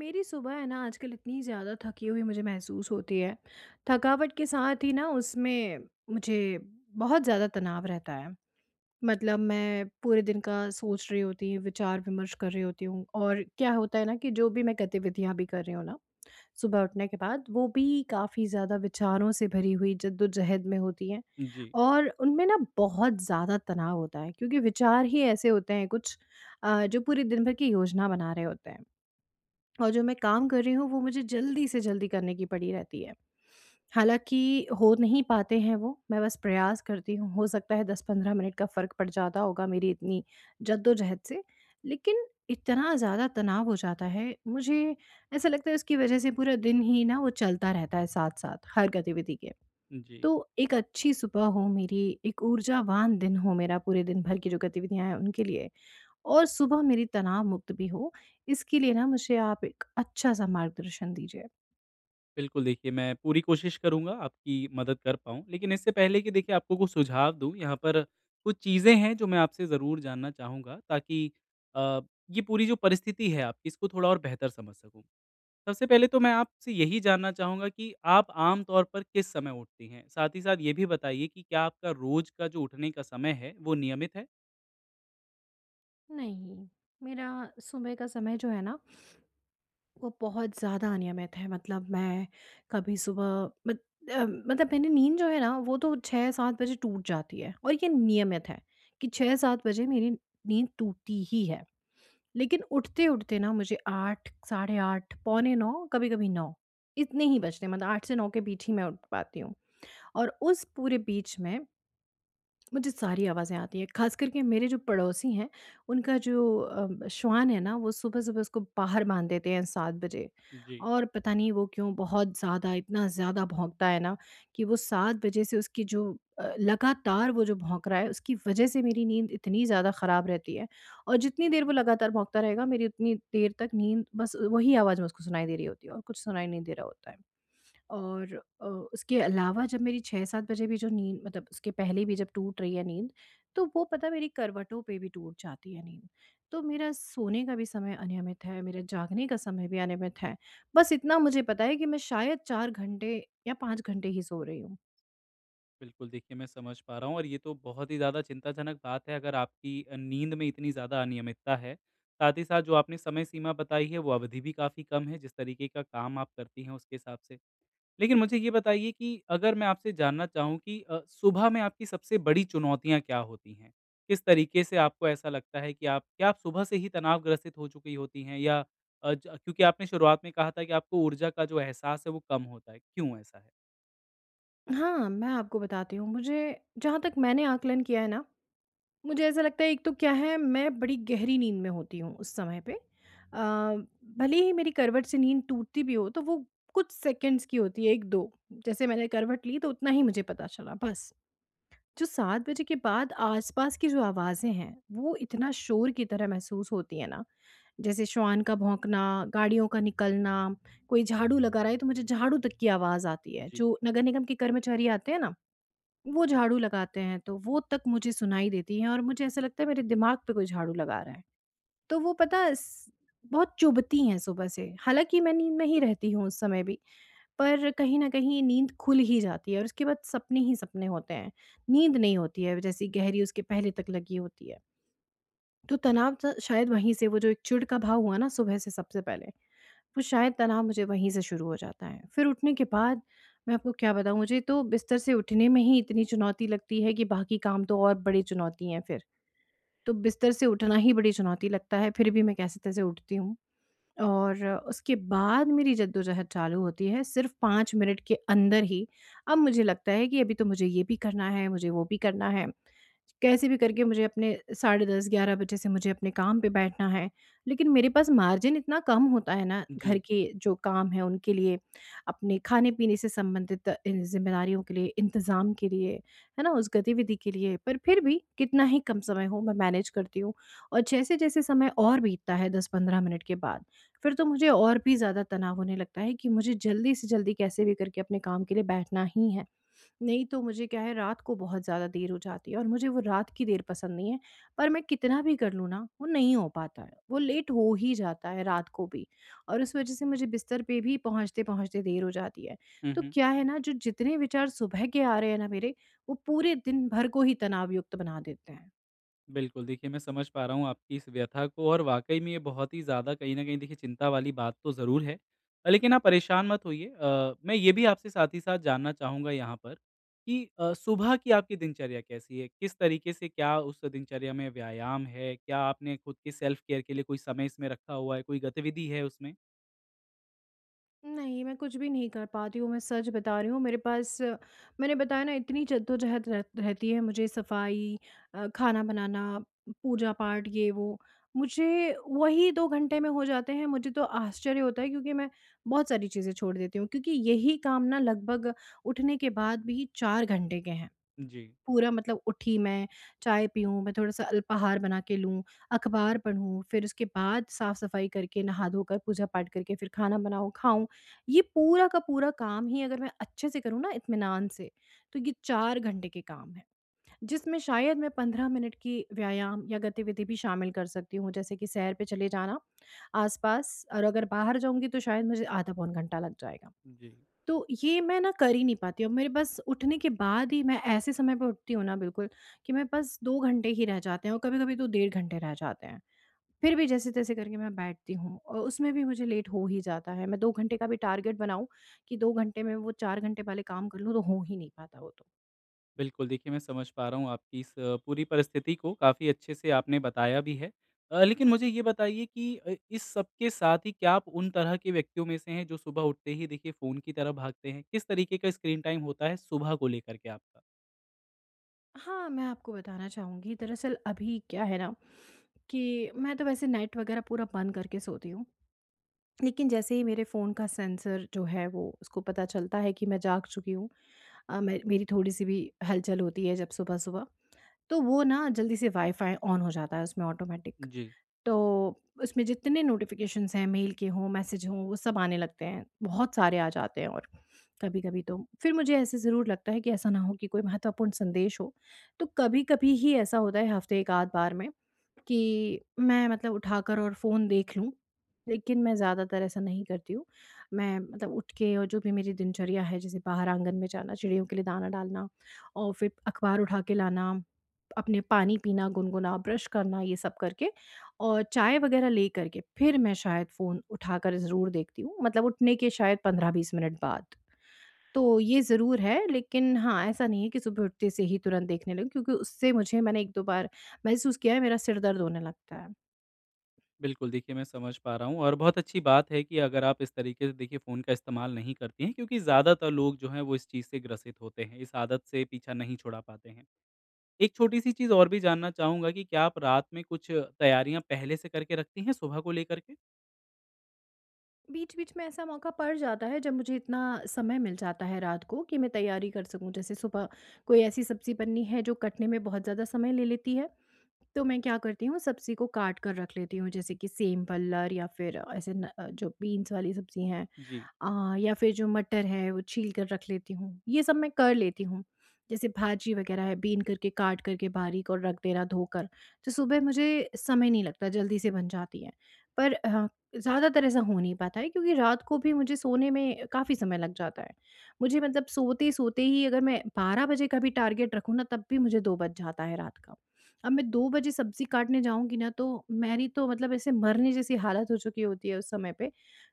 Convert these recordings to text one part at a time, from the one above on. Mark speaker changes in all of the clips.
Speaker 1: मेरी सुबह है ना आजकल इतनी ज़्यादा थकी हुई मुझे महसूस होती है। थकावट के साथ ही ना उसमें मुझे बहुत ज़्यादा तनाव रहता है। मतलब मैं पूरे दिन का सोच रही होती हूँ, विचार-विमर्श कर रही होती हूँ और क्या होता है ना कि जो भी मैं गतिविधियाँ भी कर रही हूँ ना, सुबह उठने के बाद वो भी काफ़ी ज़्यादा विचारों से भरी हुई जद्दोजहद में होती हैं
Speaker 2: जी,
Speaker 1: और उनमें ना बहुत ज़्यादा तनाव होता है क्योंकि विचार ही ऐसे होते हैं कुछ जो पूरे दिन भर की योजना बना रहे होते हैं। और जो मैं काम कर रही हूँ वो मुझे जल्दी से जल्दी करने की पड़ी रहती है। हालाँकि हो नहीं पाते हैं वो, मैं बस प्रयास करती हूँ, हो सकता है 10-15 मिनट का फ़र्क पड़ जाता होगा मेरी इतनी जद्दोजहद से, लेकिन इतना ज़्यादा तनाव हो जाता है, मुझे ऐसा लगता है उसकी वजह से पूरा दिन ही ना वो चलता रहता है साथ-साथ हर गतिविधि के।
Speaker 2: जी।
Speaker 1: तो एक अच्छी सुबह हो मेरी, एक ऊर्जावान दिन हो मेरा पूरे दिन भर की जो गतिविधियाँ हैं उनके लिए और सुबह मेरी तनाव मुक्त भी हो, इसके लिए ना मुझे आप एक अच्छा-सा मार्गदर्शन दीजिए।
Speaker 2: बिल्कुल, देखिए मैं पूरी कोशिश करूँगा आपकी मदद कर पाऊँ। लेकिन इससे पहले कि देखिए आपको कुछ सुझाव दूँ, यहाँ पर कुछ चीज़ें हैं जो मैं आपसे ज़रूर जानना चाहूँगा ताकि अ, ये पूरी जो परिस्थिति है आपकी इसको थोड़ा और बेहतर समझ सकूँ। सबसे पहले तो मैं आपसे यही जानना चाहूँगा कि आप आम तौर पर किस समय उठती हैं? साथ ही साथ ये भी बताइए कि क्या आपका रोज़ का जो उठने का समय है, वो नियमित है?
Speaker 1: नहीं। मेरा सुबह का समय जो है ना, वो बहुत ज़्यादा अनियमित है। मतलब मैं कभी सुबह मत अ, मतलब मैंने नींद जो है ना, वो तो 6-7 बजे टूट जाती है और ये नियमित है कि 6-7 बजे मेरी नींद टूटती ही है। लेकिन उठते-उठते ना मुझे 8, साढ़े 8, पौने 9, कभी-कभी 9 इतने ही बजते हैं मतलब 8 से 9 के बीच ही मैं उठ पाती हूँ। और उस पूरे बीच में मुझे सारी आवाज़ें आती हैं, ख़ास करके मेरे जो पड़ोसी हैं, उनका जो श्वान है ना, वो सुबह-सुबह उसको बाहर बाँध देते हैं 7 बजे।
Speaker 2: जी।
Speaker 1: और पता नहीं वो क्यों बहुत ज़्यादा, इतना ज़्यादा भौंकता है ना कि वो 7 बजे से उसकी जो लगातार वो जो भौंक रहा है, उसकी वजह से मेरी नींद इतनी ज़्यादा ख़राब रहती है। और जितनी देर वो लगातार भौंकता रहेगा, मेरी उतनी देर तक नींद बस वही आवाज़ मुझको सुनाई दे रही होती है और कुछ सुनाई नहीं दे रहा होता है। और उसके अलावा जब मेरी 6-7 बजे भी जो नींद मतलब उसके पहले भी जब टूट रही है नींद, तो वो पता मेरी करवटों पे भी टूट जाती है नींद। तो मेरा सोने का भी समय अनियमित है, मेरा जागने का समय भी अनियमित है। बस इतना मुझे पता है कि मैं शायद 4 घंटे या 5 घंटे ही सो रही हूँ।
Speaker 2: बिल्कुल, देखिए मैं समझ पा रहा हूँ और ये तो बहुत ही ज़्यादा चिंताजनक बात है अगर आपकी नींद में इतनी ज़्यादा अनियमितता है। साथ ही साथ जो आपने समय सीमा बताई है वो अवधि भी काफ़ी कम है, जिस तरीके का काम आप करती हैं उसके हिसाब से। लेकिन मुझे ये बताइए कि अगर मैं आपसे जानना चाहूँ कि सुबह में आपकी सबसे बड़ी चुनौतियाँ क्या होती हैं? किस तरीके से आपको ऐसा लगता है कि आप क्या आप सुबह से ही तनावग्रसित हो चुकी होती हैं या अ, ज क्योंकि आपने शुरुआत में कहा था कि आपको ऊर्जा का जो एहसास है वो कम होता है, क्यों ऐसा है?
Speaker 1: हाँ, मैं आपको बताती हूँ, मुझे जहाँ तक मैंने आकलन किया है ना मुझे ऐसा लगता है एक तो क्या है मैं बड़ी गहरी नींद में होती हूँ उस समय पे। भले ही मेरी करवट से नींद टूटती भी हो तो वो कुछ सेकंड्स की होती है 1-2, जैसे मैंने करवट ली तो उतना ही मुझे पता चला बस। जो 7 बजे के बाद आस-पास की जो आवाज़ें हैं वो इतना शोर की तरह महसूस होती है ना, जैसे श्वान का भौंकना, गाड़ियों का निकलना, कोई झाड़ू लगा रहा है तो मुझे झाड़ू तक की आवाज़ आती है।
Speaker 2: जी।
Speaker 1: जो नगर निगम के कर्मचारी आते हैं ना वो झाड़ू लगाते हैं तो वो तक मुझे सुनाई देती हैं और मुझे ऐसा लगता है मेरे दिमाग पे कोई झाड़ू लगा रहा है। तो वो पता है स बहुत चुभती हैं सुबह से, हालाँकि मैं नींद में ही रहती हूँ उस समय भी, पर कहीं न कहीं नींद खुल ही जाती है और उसके बाद सपने ही सपने होते हैं। नींद नहीं होती है जैसी गहरी उसके पहले तक लगी होती है। तो तनाव स शायद वहीं से वो जो एक चिढ़ का भाव हुआ ना सुबह से सबसे पहले वो शायद तनाव मुझे वहीं से शुरू हो जाता है। फिर उठने के बाद मैं आपको क्या बताऊँ मुझे तो बिस्तर से उठने में ही इतनी चुनौती लगती है कि बाकी काम तो और बड़ी चुनौती हैं फिर। तो बिस्तर से उठना ही बड़ी चुनौती लगता है, फिर भी मैं कैसे-तैसे उठती हूँ। और उसके बाद मेरी जद्दोजहद चालू होती है सिर्फ़ 5 मिनट के अंदर ही। अब मुझे लगता है कि अभी तो मुझे ये भी करना है, मुझे वो भी करना है। कैसे भी करके मुझे अपने साढ़े 10 11 बजे से मुझे अपने काम पे बैठना है। लेकिन मेरे पास मार्जिन इतना कम होता है ना घर
Speaker 2: जी।
Speaker 1: के जो काम हैं उनके लिए, अपने खाने-पीने से संबंधित इन ज़िम्मेदारियों के लिए, इंतज़ाम के लिए, है ना? उस गतिविधि के लिए पर फिर भी कितना ही कम समय हो मैं मैनेज करती हूँ। और जैसे-जैसे समय और बीतता है 10-15 मिनट के बाद फिर तो मुझे और भी ज़्यादा तनाव होने लगता है कि मुझे जल्दी से जल्दी कैसे भी करके अपने काम के लिए बैठना ही है। नहीं तो मुझे क्या है रात को बहुत ज़्यादा देर हो जाती है और मुझे वो रात की देर पसंद नहीं है। पर मैं कितना भी कर लूँ ना, वो नहीं हो पाता है। वो लेट हो ही जाता है रात को भी और उस वज़ह से मुझे बिस्तर पे भी पहुँचते-पहुँचते देर हो जाती है।
Speaker 2: हुँ,
Speaker 1: तो
Speaker 2: हुँ।
Speaker 1: क्या है ना जो जितने विचार सुबह के आ रहे हैं ना मेरे, वो पूरे दिन भर को ही तनावयुक्त बना देते हैं।
Speaker 2: बिल्कुल, देखिए मैं समझ पा रहा हूँ आपकी इस व्यथा को और वाक़ई में ये बहुत ही ज़्यादा कहीं न कहीं देखिए चिंता वाली बात तो ज़रूर है। लेकिन आप परेशान मत होइए, मैं ये भी आपसे साथ ही साथ जानना चाहूँगा यहाँ पर कि सुबह की आपकी दिनचर्या कैसी है? किस तरीके से क्या उस दिनचर्या में व्यायाम है? क्या आपने खुद के सेल्फ केयर के लिए कोई समय इसमें रखा हुआ है? कोई गतिविधि है उसमें?
Speaker 1: नहीं, मैं कुछ भी नहीं कर पाती हूँ, मैं सच बता रही हूँ। मेरे पास मैंने बताया ना इतनी जद्दोजहद रह रहती है मुझे सफाई खाना बनाना, पूजा पाठ ये वो। मुझे वही 2 घंटे में हो जाते हैं, मुझे तो आश्चर्य होता है क्योंकि मैं बहुत सारी चीज़ें छोड़ देती हूँ क्योंकि यही काम ना लगभग उठने के बाद भी 4 घंटे के हैं।
Speaker 2: जी,
Speaker 1: पूरा मतलब उठी मैं, चाय पीऊँ, मैं थोड़ा-सा अल्पाहार बना के लूँ, अखबार पढ़ूँ, फिर उसके बाद साफ-सफाई करके, नहा-धोकर, पूजा-पाठ करके फिर खाना बनाऊँ, खाऊँ। ये पूरा का पूरा काम ही अगर मैं अच्छे से करूँ ना इत्मीनान से, तो ये 4 घंटे के काम हैं, जिसमें शायद मैं 15 मिनट की व्यायाम या गतिविधि भी शामिल कर सकती हूँ, जैसे कि सैर पे चले जाना आस-पास, और अगर बाहर जाऊँगी तो शायद मुझे आधा-पौन घंटा लग जाएगा।
Speaker 2: जी।
Speaker 1: तो ये मैं ना कर ही नहीं पाती और मेरे बस उठने के बाद ही मैं ऐसे समय पे उठती हूँ ना बिल्कुल कि मैं बस 2 घंटे ही रह जाते हैं और कभी-कभी तो डेढ़ घंटे रह जाते हैं। फिर भी जैसे-तैसे करके मैं बैठती हूँ और उसमें भी मुझे लेट हो ही जाता है। मैं 2 घंटे का भी टारगेट बनाऊँ कि 2 घंटे में वो 4 घंटे वाले काम कर लूँ तो हो ही नहीं पाता वो तो।
Speaker 2: बिल्कुल, देखिए मैं समझ पा रहा हूँ आपकी इस पूरी परिस्थिति को, काफ़ी अच्छे से आपने बताया भी है। लेकिन मुझे ये बताइए कि इस सब के साथ ही क्या आप उन तरह के व्यक्तियों में से हैं जो सुबह उठते ही देखिए फ़ोन की तरफ भागते हैं? किस तरीके का स्क्रीन टाइम होता है सुबह को लेकर के आपका?
Speaker 1: हाँ, मैं आपको बताना चाहूँगी दरअसल अभी क्या है ना कि मैं तो वैसे नेट वगैरह पूरा बंद करके सोती हूँ। लेकिन जैसे ही मेरे फ़ोन का सेंसर जो है वो उसको पता चलता है कि मैं जाग चुकी हूँ मे मेरी थोड़ी-सी भी हलचल होती है जब सुबह-सुबह, तो वो ना जल्दी से वाई-फाई ऑन हो जाता है उसमें ऑटोमैटिक।
Speaker 2: जी,
Speaker 1: तो उसमें जितने नोटिफ़िकेशंस हैं, मेल के हों, मैसेज हों, वो सब आने लगते हैं। बहुत सारे आ जाते हैं और कभी-कभी तो फिर मुझे ऐसे ज़रूर लगता है कि ऐसा ना हो कि कोई महत्वपूर्ण संदेश हो। तो कभी-कभी ही ऐसा होता है हफ़्ते 1 आध बार में कि मैं मतलब उठाकर और फ़ोन देख लूँ, लेकिन मैं ज़्यादातर ऐसा नहीं करती हूँ। मैं मतलब उठ के और जो भी मेरी दिनचर्या है, जैसे बाहर आंगन में जाना, चिड़ियों के लिए दाना डालना और फिर अखबार उठा के लाना, अपने पानी पीना गुनगुना, ब्रश करना, ये सब करके और चाय वगैरह ले कर के फिर मैं शायद फ़ोन उठाकर ज़रूर देखती हूँ, मतलब उठने के शायद 15-20 मिनट बाद। तो ये ज़रूर है, लेकिन हाँ, ऐसा नहीं है कि सुबह उठते से ही तुरंत देखने लगूँ क्योंकि उससे मुझे मैंने 1-2 बार महसूस किया है, मेरा सिर दर्द होने लगता है।
Speaker 2: बिल्कुल देखिए मैं समझ पा रहा हूँ और बहुत अच्छी बात है कि अगर आप इस तरीके से देखिए फ़ोन का इस्तेमाल नहीं करती हैं, क्योंकि ज़्यादातर लोग जो हैं वो इस चीज़ से ग्रसित होते हैं, इस आदत से पीछा नहीं छुड़ा पाते हैं। एक छोटी-सी चीज़ और भी जानना चाहूँगा कि क्या आप रात में कुछ तैयारियाँ पहले से करके रखती हैं सुबह को लेकर के?
Speaker 1: बीच-बीच में ऐसा मौका पड़ जाता है, जब मुझे इतना समय मिल जाता है रात को कि मैं तैयारी कर सकूँ। जैसे सुबह कोई ऐसी सब्ज़ी बननी है, जो कटने में बहुत ज़्यादा समय ले लेती है, तो मैं क्या करती हूँ, सब्ज़ी को काट कर रख लेती हूँ। जैसे कि सेम, पल्लर या फिर ऐसे न जो बीन्स वाली सब्ज़ी हैं,
Speaker 2: जी।
Speaker 1: या फिर जो मटर है वो छील कर रख लेती हूँ, ये सब मैं कर लेती हूँ। जैसे भाजी वग़ैरह है बीन करके काट करके बारीक और रख देना धोकर, तो सुबह मुझे समय नहीं लगता जल्दी से बन जाती है। पर ज़्यादातर ऐसा हो नहीं पाता है क्योंकि रात को भी मुझे सोने में काफ़ी समय लग जाता है। मुझे मतलब सोते-सोते ही अगर मैं 12 बजे का भी टारगेट रखूँ ना तब भी मुझे 2 बज जाता है रात का। अब मैं 2 बजे सब्ज़ी काटने जाऊँगी ना तो मेरी तो मतलब ऐसे मरने जैसी हालत हो चुकी होती है उस समय पे।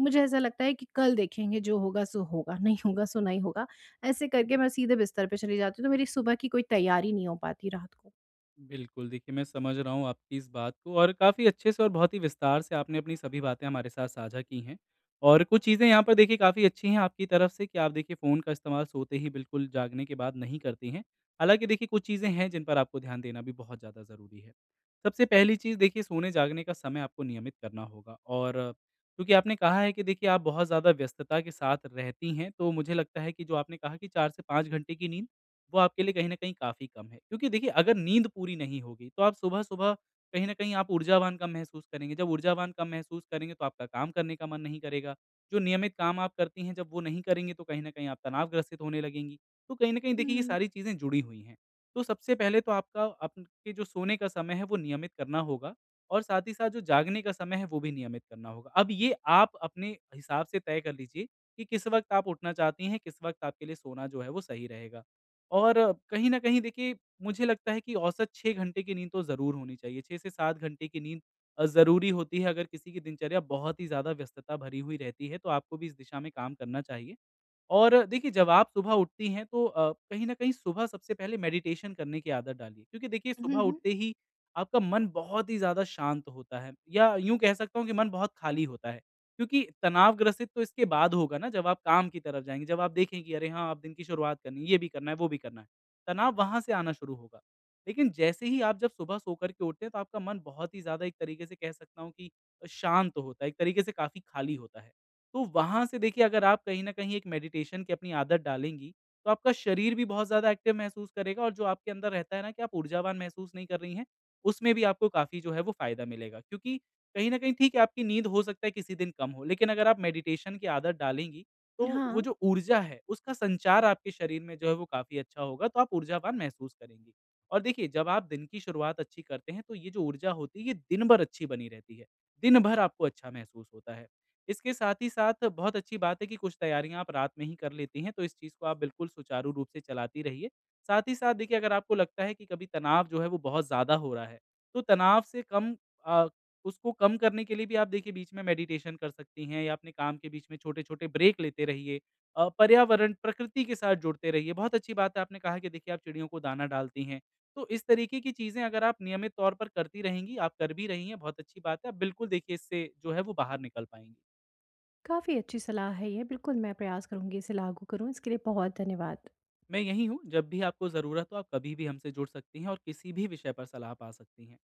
Speaker 1: मुझे ऐसा लगता है कि कल देखेंगे जो होगा सो होगा, नहीं होगा सो नहीं होगा। ऐसे करके मैं सीधे बिस्तर पे चली जाती हूँ, तो मेरी सुबह की कोई तैयारी नहीं हो पाती रात को।
Speaker 2: बिल्कुल, देखिए मैं समझ रहा हूँ आपकी इस बात को और काफ़ी अच्छे से और बहुत ही विस्तार से आपने अपनी सभी बातें हमारे साथ साझा की हैं। और कुछ चीज़ें यहाँ पर देखिए काफ़ी अच्छी हैं आपकी तरफ से कि आप देखिए फ़ोन का इस्तेमाल सोते ही, बिल्कुल जागने के बाद नहीं करती हैं। हालाँकि देखिए कुछ चीज़ें हैं जिन पर आपको ध्यान देना भी बहुत ज़्यादा ज़रूरी है। सबसे पहली चीज़ देखिए सोने-जागने का समय आपको नियमित करना होगा, और क्योंकि आपने कहा है कि देखिए आप बहुत ज़्यादा व्यस्तता के साथ रहती हैं, तो मुझे लगता है कि जो आपने कहा कि 4 से 5 घंटे की नींद, वो आपके लिए कहीं न कहीं काफ़ी कम है। क्योंकि देखिए अगर नींद पूरी नहीं होगी तो आप सुबह-सुबह कहीं न कहीं आप ऊर्जावान कम महसूस करेंगे। जब ऊर्जावान कम महसूस करेंगे तो आपका काम करने का मन नहीं करेगा। जो नियमित काम आप करती हैं जब वो नहीं करेंगे, तो कहीं न कहीं आप तनावग्रसित होने लगेंगी। तो कहीं न कहीं देखिए ये
Speaker 1: हुँ।
Speaker 2: सारी चीज़ें जुड़ी हुई हैं। तो सबसे पहले तो आपका आपके जो सोने का समय है वो नियमित करना होगा, और साथ ही साथ जो जागने का समय है वो भी नियमित करना होगा। अब ये आप अपने हिसाब से तय कर लीजिए कि किस वक़्त आप उठना चाहती हैं, किस वक़्त आपके लिए सोना जो है वो सही रहेगा। और कहीं न कहीं देखिए मुझे लगता है कि औसत 6 घंटे की नींद तो ज़रूर होनी चाहिए। 6 से 7 घंटे की नींद ज़रूरी होती है अगर किसी की दिनचर्या बहुत ही ज़्यादा व्यस्तता भरी हुई रहती है, तो आपको भी इस दिशा में काम करना चाहिए। और देखिए, जब आप सुबह उठती हैं तो कहीं न कहीं सुबह सबसे पहले मेडिटेशन करने की आदत डालिए, क्योंकि देखिए
Speaker 1: हुँ,
Speaker 2: सुबह
Speaker 1: हुँ।
Speaker 2: उठते ही आपका मन बहुत ही ज़्यादा शांत होता है, या यूँ कह सकता हूँ कि मन बहुत खाली होता है। क्योंकि तनाव ग्रसित तो इसके बाद होगा ना, जब आप काम की तरफ जाएँगे, जब आप देखें कि अरे हाँ, अब दिन की शुरुआत करनी है, ये भी करना है, वो भी करना है। तनाव वहाँ से आना शुरू होगा। लेकिन जैसे ही आप जब सुबह सो कर के उठते हैं, तो आपका मन बहुत ही ज़्यादा एक तरीके से कह सकता हूँ कि शांत होता है, एक तरीके से काफ़ी खाली होता है। तो वहाँ से देखिए अगर आप कहीं न कहीं एक मेडिटेशन की अपनी आदत डालेंगी, तो आपका शरीर भी बहुत ज़्यादा एक्टिव महसूस करेगा, और जो आपके अंदर रहता है ना कि आप ऊर्जावान महसूस नहीं कर रही हैं, उसमें भी आपको काफ़ी जो है वो फ़ायदा मिलेगा। क्योंकि कहीं न कहीं ठीक है, आपकी नींद हो सकता है किसी दिन कम हो, लेकिन अगर आप मेडिटेशन की आदत डालेंगी, तो वो
Speaker 1: हाँ,
Speaker 2: जो ऊर्जा है, उसका संचार आपके शरीर में जो है वो काफ़ी अच्छा होगा, तो आप ऊर्जावान महसूस करेंगी। और देखिए, जब आप दिन की शुरुआत अच्छी करते हैं, तो ये जो ऊर्जा होती है, ये दिन भर अच्छी बनी रहती है। दिन भर आपको अच्छा महसूस होता है। इसके साथ ही साथ बहुत अच्छी बात है कि कुछ तैयारियाँ आप रात में ही कर लेती हैं, तो इस चीज़ को आप बिल्कुल सुचारू रूप से चलाती रहिए। साथ ही साथ देखिए अगर आपको लगता है कि कभी तनाव जो है वो बहुत ज़्यादा हो रहा है, तो तनाव से कम अ, उसको कम करने के लिए भी आप देखिए बीच में मेडिटेशन कर सकती हैं, या अपने काम के बीच में छोटे-छोटे ब्रेक लेते रहिए। पर्यावरण, प्रकृति के साथ जुड़ते रहिए। बहुत अच्छी बात है, आपने कहा कि देखिए आप चिड़ियों को दाना डालती हैं। तो इस तरीके की चीज़ें अगर आप नियमित तौर पर करती रहेंगी, आप कर भी रही हैं, बहुत अच्छी बात है। आप बिल्कुल देखिए इससे जो है वो बाहर निकल पाएँगी।
Speaker 1: काफ़ी अच्छी सलाह है ये। बिल्कुल मैं प्रयास करूँगी इसे लागू करूँ, इसके लिए बहुत धन्यवाद।
Speaker 2: मैं यहीं हूँ, जब भी आपको ज़रूरत हो आप कभी भी हमसे जुड़ सकती हैं और किसी भी विषय पर सलाह पा सकती हैं।